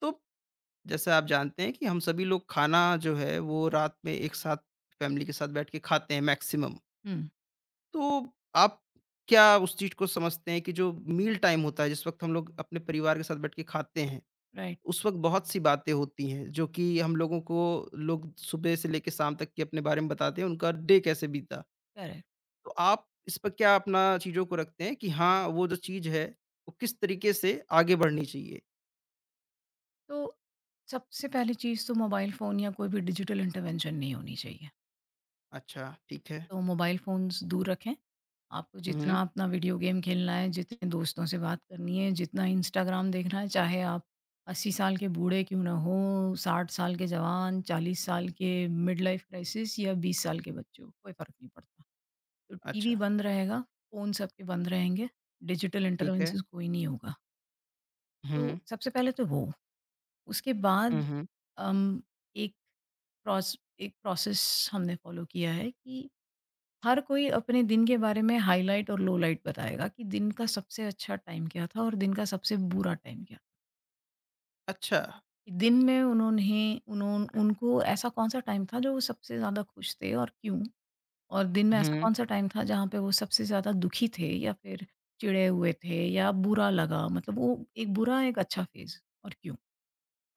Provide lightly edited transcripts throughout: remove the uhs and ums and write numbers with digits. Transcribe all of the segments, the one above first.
तो जैसे आप जानते हैं कि हम सभी लोग खाना जो है वो रात में एक साथ फैमिली के साथ बैठ के खाते हैं मैक्सिमम। हुँ, तो आप क्या उस चीज़ को समझते हैं कि जो मील टाइम होता है जिस वक़्त हम लोग अपने परिवार के साथ बैठ के खाते हैं, राइट, उस वक़्त बहुत-सी बातें होती हैं जो कि हम लोगों को लोग सुबह से लेके शाम तक के अपने बारे में बताते हैं, उनका डे कैसे बीता। करेक्ट। तो आप इस पर क्या अपना चीज़ों को रखते हैं कि हाँ, वो जो चीज़ है वो किस तरीके से आगे बढ़नी चाहिए? तो सबसे पहली चीज़ तो मोबाइल फ़ोन या कोई भी डिजिटल इंटरवेंशन नहीं होनी चाहिए। अच्छा, ठीक है। तो मोबाइल फ़ोन्स दूर रखें। आपको हुँ, हुँ। जितना अपना वीडियो गेम खेलना है, जितने दोस्तों से बात करनी है, जितना इंस्टाग्राम देखना है, चाहे आप 80 साल के बूढ़े क्यों ना हों, 60 साल के जवान, 40 साल के मिड लाइफ़ क्राइसिस या 20 साल के बच्चे हों, कोई फ़र्क नहीं पड़ता। तो टीवी अच्छा, बंद रहेगा, फ़ोन सबके बंद रहेंगे, डिजिटल ठीक है। इंटरवेंशंस कोई नहीं होगा। हुँ, तो सबसे पहले तो वो। उसके हुँ, बाद हुँ। अम, एक प्रोसेस हमने फ़ॉलो किया है कि हर कोई अपने दिन के बारे में हाइलाइट और लोलाइट बताएगा कि दिन का सबसे अच्छा टाइम क्या था और दिन का सबसे बुरा टाइम क्या। अच्छा। दिन में उन्होंने उन्हों उनको ऐसा कौन-सा टाइम था जो वो सबसे ज़्यादा खुश थे और क्यों? और दिन में ऐसा हुँ। कौन-सा टाइम था जहाँ पे वो सबसे ज़्यादा दुखी थे या फिर चिढ़े हुए थे या बुरा लगा, मतलब वो एक बुरा, एक अच्छा फ़ेज़, और क्यों?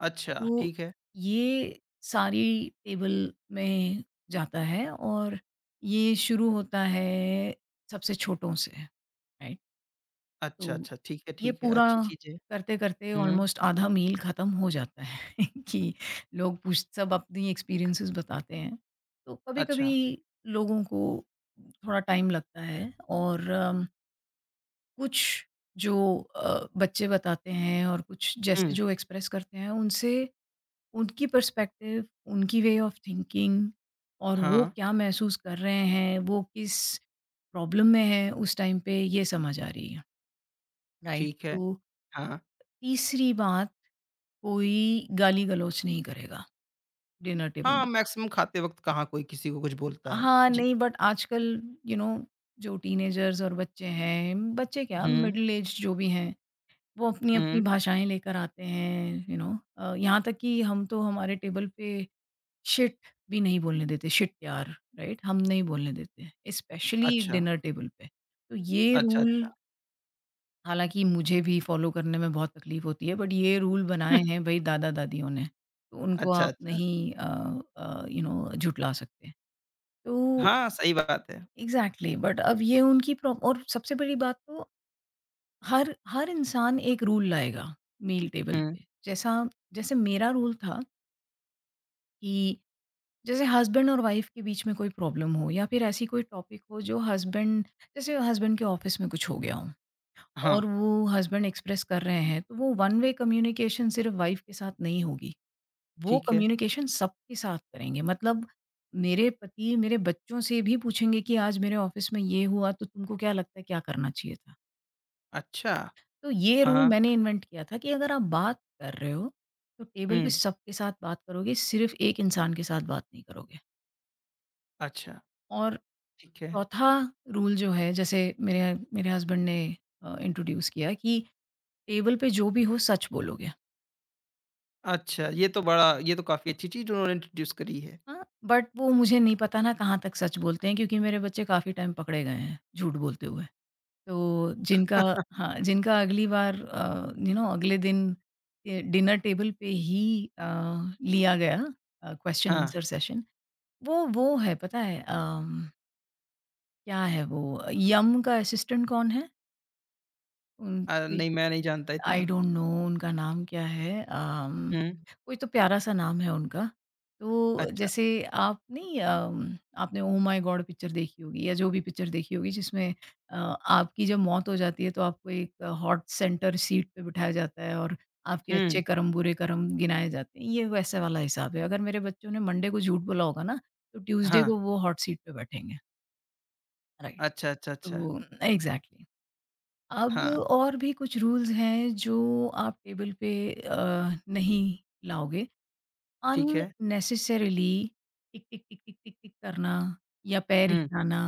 अच्छा, तो ठीक है। ये सारी टेबल में जाता है और ये शुरू होता है सबसे छोटों से, राइट? अच्छा, तो अच्छा, ये ठीक है, पूरा अच्छी चीज़ है। करते-करते हुँ। ऑलमोस्ट आधा मील ख़त्म हो जाता है कि लोग पूछ सब अपनी एक्सपीरियंसेस बताते हैं। तो अच्छा। कभी-कभी लोगों को थोड़ा टाइम लगता है और कुछ जो बच्चे बताते हैं और कुछ हुँ। जैसे जो एक्सप्रेस करते हैं उनसे उनकी पर्सपेक्टिव, उनकी वे ऑफ़ थिंकिंग और वो हाँ, क्या महसूस कर रहे हैं, वो किस प्रॉब्लम में हैं उस टाइम पे ये समझ आ रही है। राइट। ठीक है। तो हाँ, तीसरी बात, कोई गाली-गलौच नहीं करेगा डिनर टेबल हाँ, में। मैक्सिमम खाते वक़्त कहाँ कोई किसी को कुछ बोलता है। हाँ, जी। नहीं बट आजकल यू नो जो टीनेजर्स और बच्चे हैं, बच्चे क्या हुँ, मिडल एज्ड जो भी हैं, वो हुँ। अपनी-अपनी भाषाएँ लेकर आते हैं, यू नो यहाँ तक कि हम तो हमारे टेबल पे शिट भी नहीं बोलने देते, शिट यार, राइट? हम नहीं बोलने देते हैं, स्पेशली अच्छा, डिनर टेबल पे। तो ये अच्छा, अच्छा। रूल, हालाँकि मुझे भी फ़ॉलो करने में बहुत तकलीफ़ होती है, बट ये रूल बनाए हैं भई दादा-दादियों ने, तो उनको अच्छा, आप अच्छा। नहीं यू नो झुठला सकते। तो हाँ, सही बात है। एग्ज़ैक्टली बट अब ये उनकी प्रॉब, और सबसे बड़ी बात तो हर हर इंसान एक रूल लाएगा मील टेबल हुँ। पे। जैसा जैसे मेरा रूल था कि जैसे हस्बैंड और वाइफ के बीच में कोई प्रॉब्लम हो या फिर ऐसी कोई टॉपिक हो जो हस्बैंड जैसे हस्बैंड के ऑफिस में कुछ हो गया हो हाँ, और वो हस्बैंड एक्सप्रेस कर रहे हैं, तो वो वन वे कम्युनिकेशन सिर्फ वाइफ के साथ नहीं होगी, वो ठीक है। कम्युनिकेशन सबके साथ करेंगे। मतलब मेरे पति मेरे बच्चों से भी पूछेंगे कि आज मेरे ऑफिस में ये हुआ, तो तुमको क्या लगता है क्या करना चाहिए था। अच्छा, तो ये रूल हाँ। मैंने इन्वेंट किया था कि अगर आप बात कर रहे हो तो टेबल पे हुँ। सबके साथ बात करोगे, सिर्फ एक इंसान के साथ बात नहीं करोगे। अच्छा, और ठीक है। चौथा रूल जो है, जैसे मेरे मेरे हस्बैंड ने इंट्रोड्यूस किया कि टेबल पे जो भी हो सच बोलोगे। अच्छा, ये तो बड़ा ये तो काफ़ी अच्छी चीज़ उन्होंने इंट्रोड्यूस करी है। हाँ बट वो मुझे नहीं पता ना कहाँ तक सच बोलते हैं, क्योंकि मेरे बच्चे काफ़ी टाइम पकड़े गए हैं झूठ बोलते हुए। तो जिनका, हाँ जिनका अगली बार, यू नो अगले दिन डिनर टेबल पे ही अ, लिया गया क्वेश्चन हाँ, आंसर सेशन। वो है पता है, क्या है वो, यम का असिस्टेंट कौन है? नहीं मैं नहीं जानता आई इतना। डोंट नो उनका नाम क्या है, हुँ। कोई तो प्यारा-सा नाम है उनका। तो अच्छा, जैसे आप नहीं, आपने ओह माय गॉड पिक्चर देखी होगी या जो भी पिक्चर देखी होगी जिसमें आपकी जब मौत हो जाती है तो आपको एक हॉट सेंटर सीट पे बिठाया जाता है और आपके अच्छे हुँ, कर्म, बुरे कर्म गिनाए जाते हैं। ये वैसे वाला हिसाब है। अगर मेरे बच्चों ने मंडे को झूठ बोला होगा ना, तो ट्यूसडे हाँ, को वो हॉट सीट पे बैठेंगे। राइट, अच्छा, अच्छा, अच्छा, तो एग्ज़ैक्टली। अब हाँ, और भी कुछ रूल्स हैं जो आप टेबल पे नहीं लाओगे। ठीक है। अननेसेसरीली टिक, टिक, टिक, टिक, टिक, टिक करना या पैर हुँ, हिलाना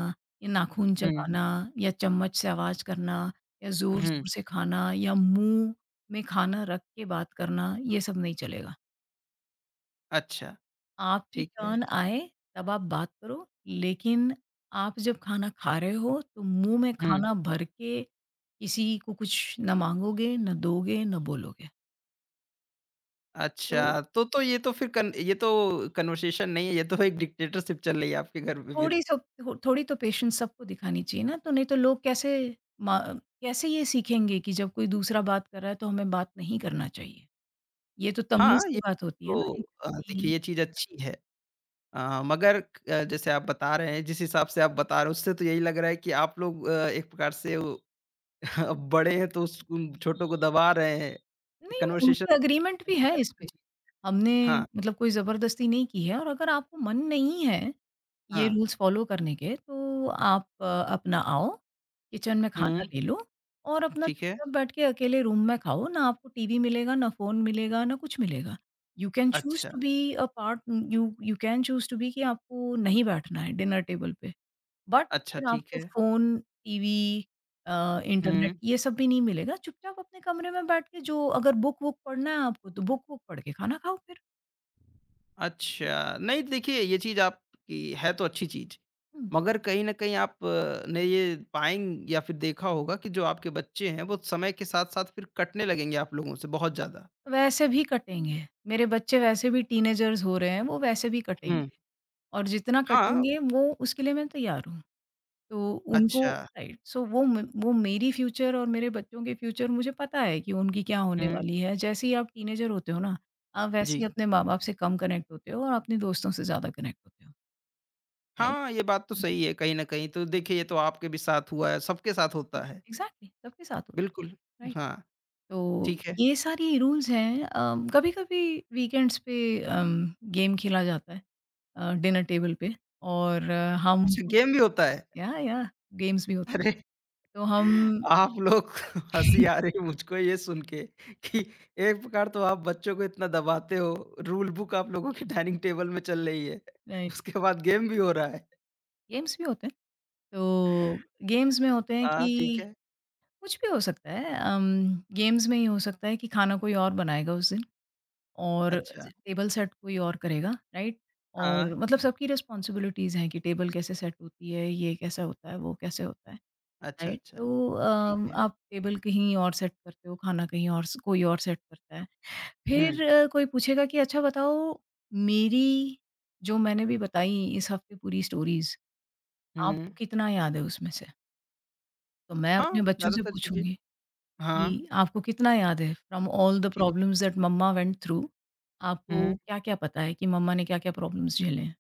या नाखून हुँ, चबाना या चम्मच से आवाज़ करना या हुँ, ज़ोर-ज़ोर से खाना या मुँह में खाना रख के बात करना, ये सब नहीं चलेगा। अच्छा, आपकी ठीक है, टर्न आए तब आप बात करो, लेकिन आप जब खाना खा रहे हो तो मुँह में हुँ, खाना भर के किसी को कुछ ना माँगोगे, ना दोगे, ना बोलोगे। तो अच्छा। तो ये तो फिर कन ये तो कन्वर्सेशन नहीं है, ये तो एक डिक्टेटरशिप चल रही है आपके घर में फिर। थोड़ी सब थो थोड़ी तो पेशेंस सबको दिखानी चाहिए ना, तो नहीं तो लोग कैसे, मा कैसे ये सीखेंगे कि जब कोई दूसरा बात कर रहा है तो हमें बात नहीं करना चाहिए। ये तो तमीज़ हाँ, की ये बात होती है ना, तो एक देखिए कि ये चीज़ अच्छी है मगर क जैसे आप बता रहे हैं, जिस हिसाब से आप बता रहे हो, उससे तो यही लग रहा है कि आप लोग एक प्रकार से वो बड़े हैं, तो उस उन छोटों को दबा रहे हैं। नहीं कन्वर्सेशन उनकी एग्रीमेंट भी है इस पे। हमने, हाँ, मतलब कोई ज़बरदस्ती नहीं की है, और अगर आपको मन नहीं है ये हाँ, रूल्स फ़ॉलो करने के तो आप अपना आओ, किचन में खाना हुँ, ले लो और अपना ठीक है। चुपचाप बैठ के अकेले रूम में खाओ, ना आपको टीवी मिलेगा, ना फ़ोन मिलेगा, ना कुछ मिलेगा। यू कैन चूज़ अच्छा, to be a part, you you can choose to be कि आपको नहीं बैठना है डिनर टेबल पे, बट अच्छा फिर ठीक आपको है। फ़ोन, टीवी, इंटरनेट हुँ, ये सब भी नहीं मिलेगा। चुपचाप अपने कमरे में बैठ के जो, अगर बुक वुक पढ़ना है आपको, तो बुक वुक पढ़ के खाना खाओ फिर। अच्छा। नहीं देखिए ये चीज़ आपकी है तो अच्छी चीज़, हुँ। मगर कहीं न कहीं आप ने ये पाएंग या फिर देखा होगा कि जो आपके बच्चे हैं वो समय के साथ-साथ फिर कटने लगेंगे आप लोगों से बहुत ज़्यादा। वैसे भी कटेंगे। मेरे बच्चे वैसे भी टीनेजर्स हो रहे हैं, वो वैसे भी हुँ। कटेंगे, हुँ। और जितना हाँ, कटेंगे वो उसके लिए मैं तैयार हूँ। तो उनको अच्छा। राइट, वो मेरी फ्यूचर और मेरे बच्चों के फ्यूचर मुझे पता है कि उनकी क्या होने हुँ, वाली है। जैसे ही आप टीनेजर होते हो ना, आप वैसे ही जी। अपने माँ-बाप से कम कनेक्ट होते हो और अपने दोस्तों से ज़्यादा कनेक्ट होते हो। राइट? हाँ, ये बात तो हुँ। सही है कहीं न कहीं तो देखिए ये तो आपके भी साथ हुआ है, सबके साथ होता है। एग्ज़ैक्टली सबके साथ होता है ये, बिल्कुल, राइट? हाँ, तो ठीक है। ये सारी रूल्स हैं। कभी-कभी वीकेंड्स पे अम, गेम खेला जाता है। डिनर टेबल पे और अ, हम अच्छा गेम भी होता है? या गेम्स भी होते हैं। अरे! तो हम आप लोग को हँसी आ रही है मुझको ये सुन के कि एक प्रकार तो आप बच्चों को इतना दबाते हो, रूल बुक आप लोगों की डाइनिंग टेबल में चल रही है। राइट, उसके बाद गेम भी हो रहा है। गेम्स भी होते हैं। तो गेम्स में होते हैं हाँ, ठीक कि है। कुछ भी हो सकता है, गेम्स में ये हो सकता है कि खाना कोई और बनाएगा उस दिन और अच्छा, टेबल सेट कोई और करेगा, राइट? हाँ। और मतलब सबकी रिस्पॉन्सिबिलिटीज़ हैं कि टेबल कैसे सेट होती है, ये कैसा होता है, वो कैसे होता है, अच्छा, राइट? अच्छा, तो ठीक है। आप टेबल कहीं और सेट करते हो, खाना कहीं और स कोई और सेट करता है। हुँ, फिर कोई पूछेगा कि अच्छा बताओ, मेरी जो मैंने भी बताई इस हफ्ते पूरी स्टोरीज़, हुँ। आपको कितना याद है उसमें से? तो मैं अपने हाँ, बच्चों से ज़्यादातर चीज़ें पूछूँगी हाँ, कि आपको कितना याद है फ्रॉम ऑल द ठीक है। Problems that mama went through, आपको हुँ, क्या-क्या पता है कि मम्मा ने क्या-क्या प्रॉब्लम्स झेले हैं?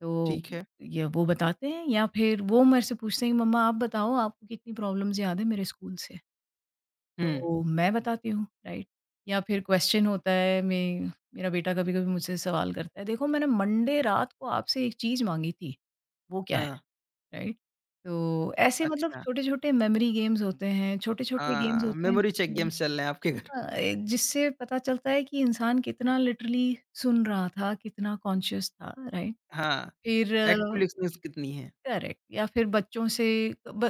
तो ठीक है। ये वो बताते हैं या फिर वो मेरे से पूछते हैं कि मम्मा आप बताओ आपको कितनी प्रॉब्लम्स याद है मेरे स्कूल से? हुँ, तो मैं बताती हूँ, राइट? या फिर क्वेश्चन होता है, मैं मेरा बेटा कभी-कभी मुझसे सवाल करता है, "देखो मैंने मंडे रात को आपसे एक चीज़ माँगी थी, वो क्या है?" हाँ, राइट? तो ऐसे मतलब अच्छा। छोटे-छोटे मेमोरी गेम्स होते हैं, छोटे-छोटे गेम्स हाँ, होते हैं मेमोरी चेक जिससे, गेम्स चल रहे हैं आपके घर। हाँ, ए जिससे पता चलता है कि इंसान कितना लिटरली सुन रहा था, कितना कॉन्शियस था, राइट? हाँ, फिर एक्टिव लिसनिंग कितनी है? करेक्ट, या फिर बच्चों से,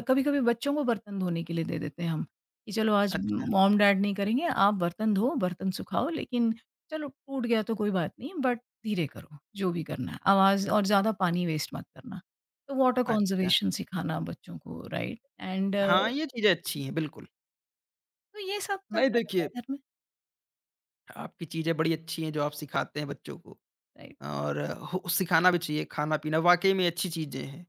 कभी-कभी बच्चों को बर्तन धोने के लिए दे देते हैं हम, कि चलो आज अच्छा, मॉम डैड नहीं करेंगे, आप बर्तन धो, बर्तन सुखाओ, लेकिन चलो टूट गया तो कोई बात नहीं बट धीरे करो, जो भी करना है। आवाज़ और ज़्यादा पानी वेस्ट मत करना। तो वाटर अच्छा। कंज़र्वेशन सिखाना बच्चों को, राइट एंड हाँ, ये चीज़ें अच्छी हैं, बिल्कुल। तो ये सब नहीं चलता रहता देखिए है घर में। आपकी चीज़ें बड़ी अच्छी हैं जो आप सिखाते हैं बच्चों को राइट। और हो सिखाना भी चाहिए, खाना-पीना वाक़ई में अच्छी चीज़ें हैं।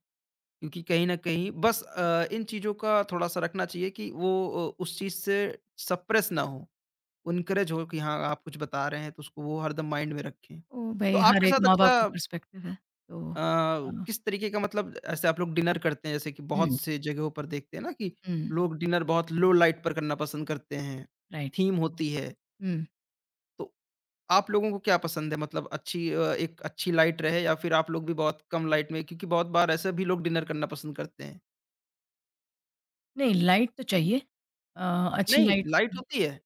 क्योंकि कहीं न कहीं बस इन चीज़ों का थोड़ा-सा रखना चाहिए कि वो उस चीज़ से सप्रेस ना हो, इनकरेज हो कि हाँ, आप कुछ बता रहे हैं तो उसको वो हरदम माइंड में रखें। तो तो भई हर आपके एक साथ माँ-बाप का अच्छा पर्सपेक्टिव है, तो अ, हाँ। किस तरीके का मतलब ऐसे आप लोग डिनर करते हैं जैसे कि बहुत हुँ, से जगहों पर देखते हैं ना कि हुँ, लोग डिनर बहुत लो लाइट पर करना पसंद करते हैं, राइट, थीम होती है। हुँ। तो आप लोगों को क्या पसंद है? मतलब एक अच्छी लाइट रहे या फिर आप लोग भी बहुत कम लाइट में क्योंकि बहुत बार ऐसे भी लोग डिनर करना पसंद करते हैं। नहीं, लाइट तो चाहिए। अच्छी नहीं, लाइट, लाइट होती है,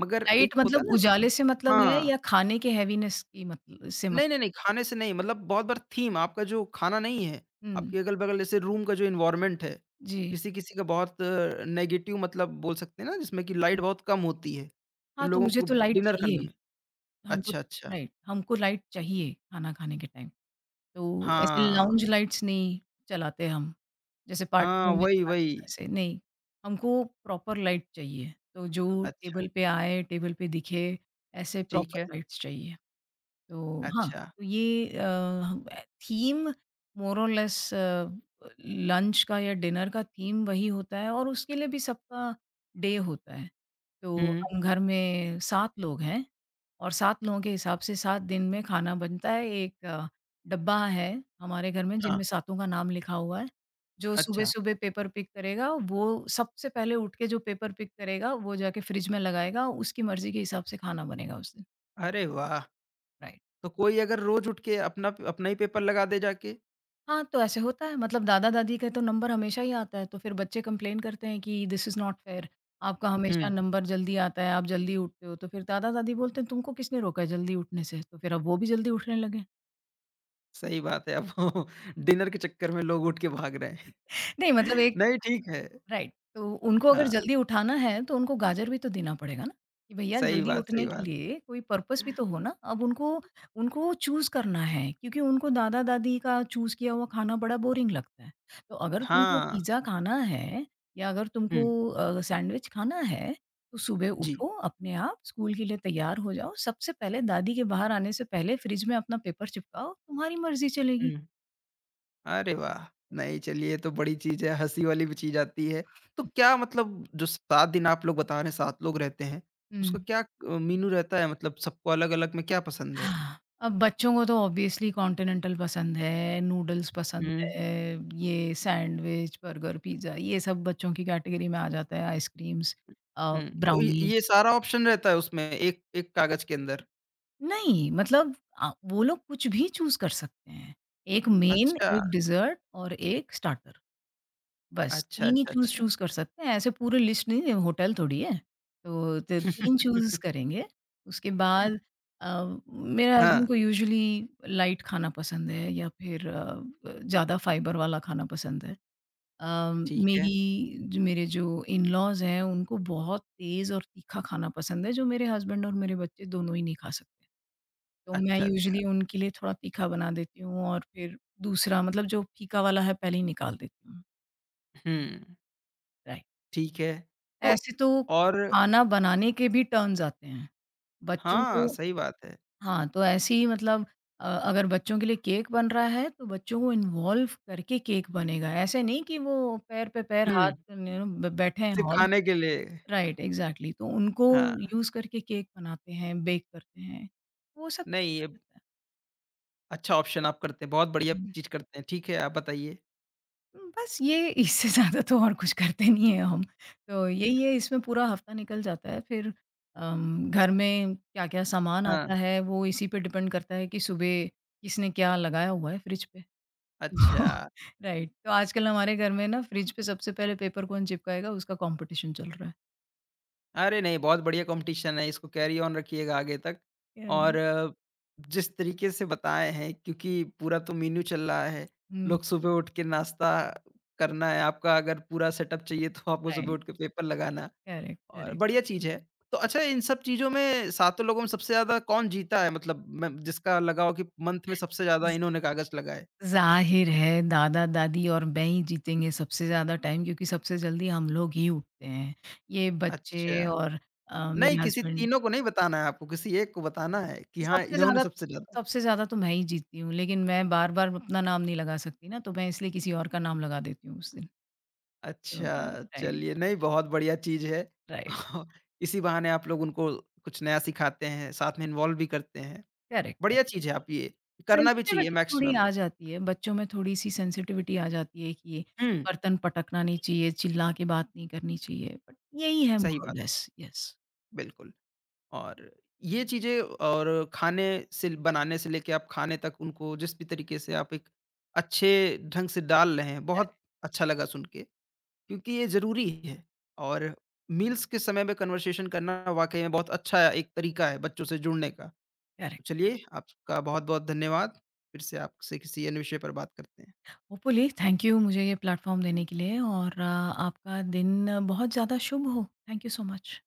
मगर लाइट एक होता है मतलब ना जैसे कि उजाले से मतलब है हाँ। या खाने के हेवीनेस की मतलब से मतलब? नहीं, नहीं, नहीं, खाने से नहीं मतलब बहुत बार थीम आपका जो खाना नहीं है, हुँ, आपके अगल-बगल जैसे रूम का जो एनवायरनमेंट है, जी। किसी-किसी का बहुत नेगेटिव मतलब बोल सकते हैं ना जिसमें कि लाइट बहुत कम होती है, तो हाँ, तो लोगों मुझे को तो लाइट डिनर करने चाहिए। में हमको अच्छा, अच्छा। राइट, हमको लाइट चाहिए खाना खाने के टाइम। तो ऐसे हाँ, लाउंज लाइट्स नहीं चलाते हम, जैसे हाँ, पार्टियों में वही, चलाते हैं वही। वैसे, नहीं। हमको प्रॉपर लाइट चाहिए, तो जो अच्छा, टेबल पे आए, टेबल पे दिखे, ऐसे ठीक प्रॉपर है। लाइट्स चाहिए। तो हाँ, अच्छा। तो ये theme, more or less lunch का या डिनर का थीम वही होता है, और उसके लिए भी सबका डे होता है। तो हुँ, हम घर में 7 लोग हैं और 7 लोगों के हिसाब से 7 दिन में खाना बनता है। एक डब्बा है हमारे घर में हाँ। जिनमें सातों का नाम लिखा हुआ है। जो अच्छा, सुबह-सुबह पेपर पिक करेगा, वो सबसे पहले उठ के जो पेपर पिक करेगा, वो जाके फ्रिज में लगाएगा, उसकी मर्ज़ी के हिसाब से खाना बनेगा उस दिन। अरे वाह! राइट। तो कोई अगर रोज़ उठ के अपना अपना ही पेपर लगा दे जाके? हाँ, तो ऐसे होता है, मतलब दादा-दादी का तो नंबर हमेशा ही आता है, तो फिर बच्चे कंप्लेन करते हैं कि दिस इज़ नॉट फेयर, आपका हमेशा हुँ, नंबर जल्दी आता है, आप जल्दी उठते हो। तो फिर दादा-दादी बोलते हैं तुमको किसने रोका है जल्दी उठने से? तो फिर अब वो भी जल्दी उठने लगे। सही बात है अब वो डिनर के चक्कर में लोग उठ के भाग रहे हैं। नहीं मतलब एक, नहीं ठीक है। राइट, तो उनको अगर हाँ, जल्दी उठाना है, तो उनको गाजर भी तो देना पड़ेगा ना, कि भैया सही जल्दी बात, सही उठने के बात। लिए कोई पर्पस भी तो हो ना। अब उनको उनको चूज़ करना है, क्योंकि उनको दादा-दादी का चूज़ किया हुआ खाना बड़ा बोरिंग लगता है। तो अगर तुमको हाँ, पिज़्ज़ा खाना है या अगर तुमको हुँ, सैंडविच खाना है, तो सुबह जी, उठो, अपने आप स्कूल के लिए तैयार हो जाओ। सबसे पहले दादी के बाहर आने से पहले फ्रिज में अपना पेपर चिपकाओ, तुम्हारी मर्ज़ी चलेगी। हुँ। अरे वाह! नहीं चलिए ये तो बड़ी चीज़ है, हँसी वाली भी चीज़ आती है। तो क्या मतलब जो 7 दिन आप लोग बता रहे हैं 7 लोग रहते हैं, उसका हुँ। क्या मेनू रहता है मतलब सबको अलग-अलग में क्या पसंद है? हाँ, अब बच्चों को तो ऑब्वियसली कॉन्टिनेंटल पसंद है, नूडल्स पसंद हुँ, है, ये सैंडविच, बर्गर, पिज़्ज़ा ये सब बच्चों की कैटेगरी में आ जाता है, आइसक्रीम्स, हुँ, तो ये ब्राउनीज़। ये सारा ऑप्शन रहता है उसमें एक एक कागज़ के अंदर? नहीं, मतलब वो लोग कुछ भी चूज़ कर सकते हैं। एक मेन, अच्छा, एक डिज़र्ट और एक स्टार्टर। बस अच्छा, 3 ही अच्छा, चूज़ अच्छा। चूज़ कर सकते हैं, ऐसे पूरी लिस्ट नहीं, होटल थोड़ी है। तो त 3 चूज़ करेंगे, उसके बाद मेरे हस्बैंड हाँ, को यूजुअली लाइट खाना पसंद है या फिर ज़्यादा फाइबर वाला खाना पसंद है। अ, ठीक है। मेरी जो मेरे जो इन-लॉज़ हैं उनको बहुत तेज़ और तीखा खाना पसंद है, जो मेरे हस्बैंड और मेरे बच्चे दोनों ही नहीं खा सकते। तो मैं अच्छा, अच्छा। यूजुअली उनके लिए थोड़ा तीखा बना देती हूँ और फिर दूसरा, मतलब जो फीका वाला है पहले ही निकाल देती हूँ। हुँ। राइट। ठीक है। तो ऐसे तो और खाना बनाने के भी टर्म्स आते हैं। बच्चों हाँ, को, सही बात है। हाँ, तो ऐसे ही मतलब अगर बच्चों के लिए केक बन रहा है तो बच्चों को इन्वॉल्व करके केक बनेगा। ऐसे नहीं कि वो पैर पे पैर हाथ हुँ। न्यू ब बैठे हैं। सिर्फ़ ऑल खाने के लिए राइट, एग्ज़ैक्टली, तो उनको हाँ, यूज़ करके केक बनाते हैं, बेक करते हैं। वो सब नहीं चलता ये रहता अच्छा ऑप्शन आप करते हैं, बहुत बढ़िया है। चीज़ करते हैं। ठीक है, आप बताइए? बस ये, इससे ज़्यादा तो और कुछ करते नहीं हैं हम। तो यही है, इसमें पूरा हफ़्ता निकल जाता है। फिर घर में क्या-क्या सामान हाँ, आता है वो इसी पे डिपेंड करता है कि सुबह किसने क्या लगाया हुआ है फ्रिज पे। अच्छा। राइट, तो आजकल हमारे घर में ना फ्रिज पे सबसे पहले पेपर कौन चिपकाएगा उसका कॉम्पिटिशन चल रहा है। अरे नहीं, बहुत बढ़िया कॉम्पिटिशन है, इसको कैरी ऑन रखिएगा आगे तक कह और रहे जिस तरीके से बताए हैं क्योंकि पूरा तो मेन्यू चल रहा है, हुँ, लोग सुबह उठ के नाश्ता करना है, आपका अगर पूरा सेटअप चाहिए तो आपको सुबह राइट, उठ के पेपर लगाना करेक्ट, और करेक्ट। बढ़िया चीज़ है। तो अच्छा इन सब चीज़ों में सातों लोगों में सबसे ज़्यादा कौन जीता है मतलब म जिसका लगा हो कि मंथ में सबसे ज़्यादा इन्होंने कागज़ लगाए? ज़ाहिर है दादा-दादी और मैं ही जीतेंगे सबसे ज़्यादा टाइम क्योंकि सबसे जल्दी हम लोग ही उठते हैं। ये बच्चे अच्छा, और मेरे नहीं किसी हस्बैंड, तीनों को नहीं बताना है आपको, किसी एक को बताना है कि हाँ, सबसे इन्होंने ज़्यादा सबसे ज़्यादा सबसे ज़्यादा तो मैं ही जीतती हूँ, लेकिन मैं बार-बार अपना नाम नहीं लगा सकती ना, तो मैं इसलिए किसी और का नाम लगा देती हूँ उस दिन। तो अच्छा, राइट, चलिए नहीं बहुत बढ़िया चीज़ है। राइट, इसी बहाने आप लोग उनको कुछ नया सिखाते हैं, साथ में इन्वॉल्व भी करते हैं। करेक्ट, बढ़िया करेक्ट। चीज़ है आप ये, करना भी चाहिए सेंसिटिविटी थोड़ी मैक्सिमम। आ जाती है, बच्चों में थोड़ी-सी सेंसिटिविटी आ जाती है कि ये हुँ, बर्तन पटकना नहीं चाहिए, चिल्ला के बात नहीं करनी चाहिए, बट यही है सही मोर और बात, लेस। यस, बिल्कुल। और ये चीज़ें और खाने से बनाने से लेके आप खाने तक उनको जिस भी तरीके से आप एक अच्छे ढंग से डाल रहे हैं, करेक्ट, बहुत अच्छा लगा सुन के क्योंकि ये ज़रूरी है। और मील्स के समय में कन्वर्सेशन करना वाक़ई में बहुत अच्छा एक तरीका है बच्चों से जुड़ने का। तो करेक्ट। चलिए, आपका बहुत-बहुत धन्यवाद। फिर से आपसे किसी अन्य विषय पर बात करते हैं। होपफुली थैंक यू मुझे ये प्लेटफॉर्म देने के लिए और आपका दिन बहुत ज़्यादा शुभ हो। Thank you so much.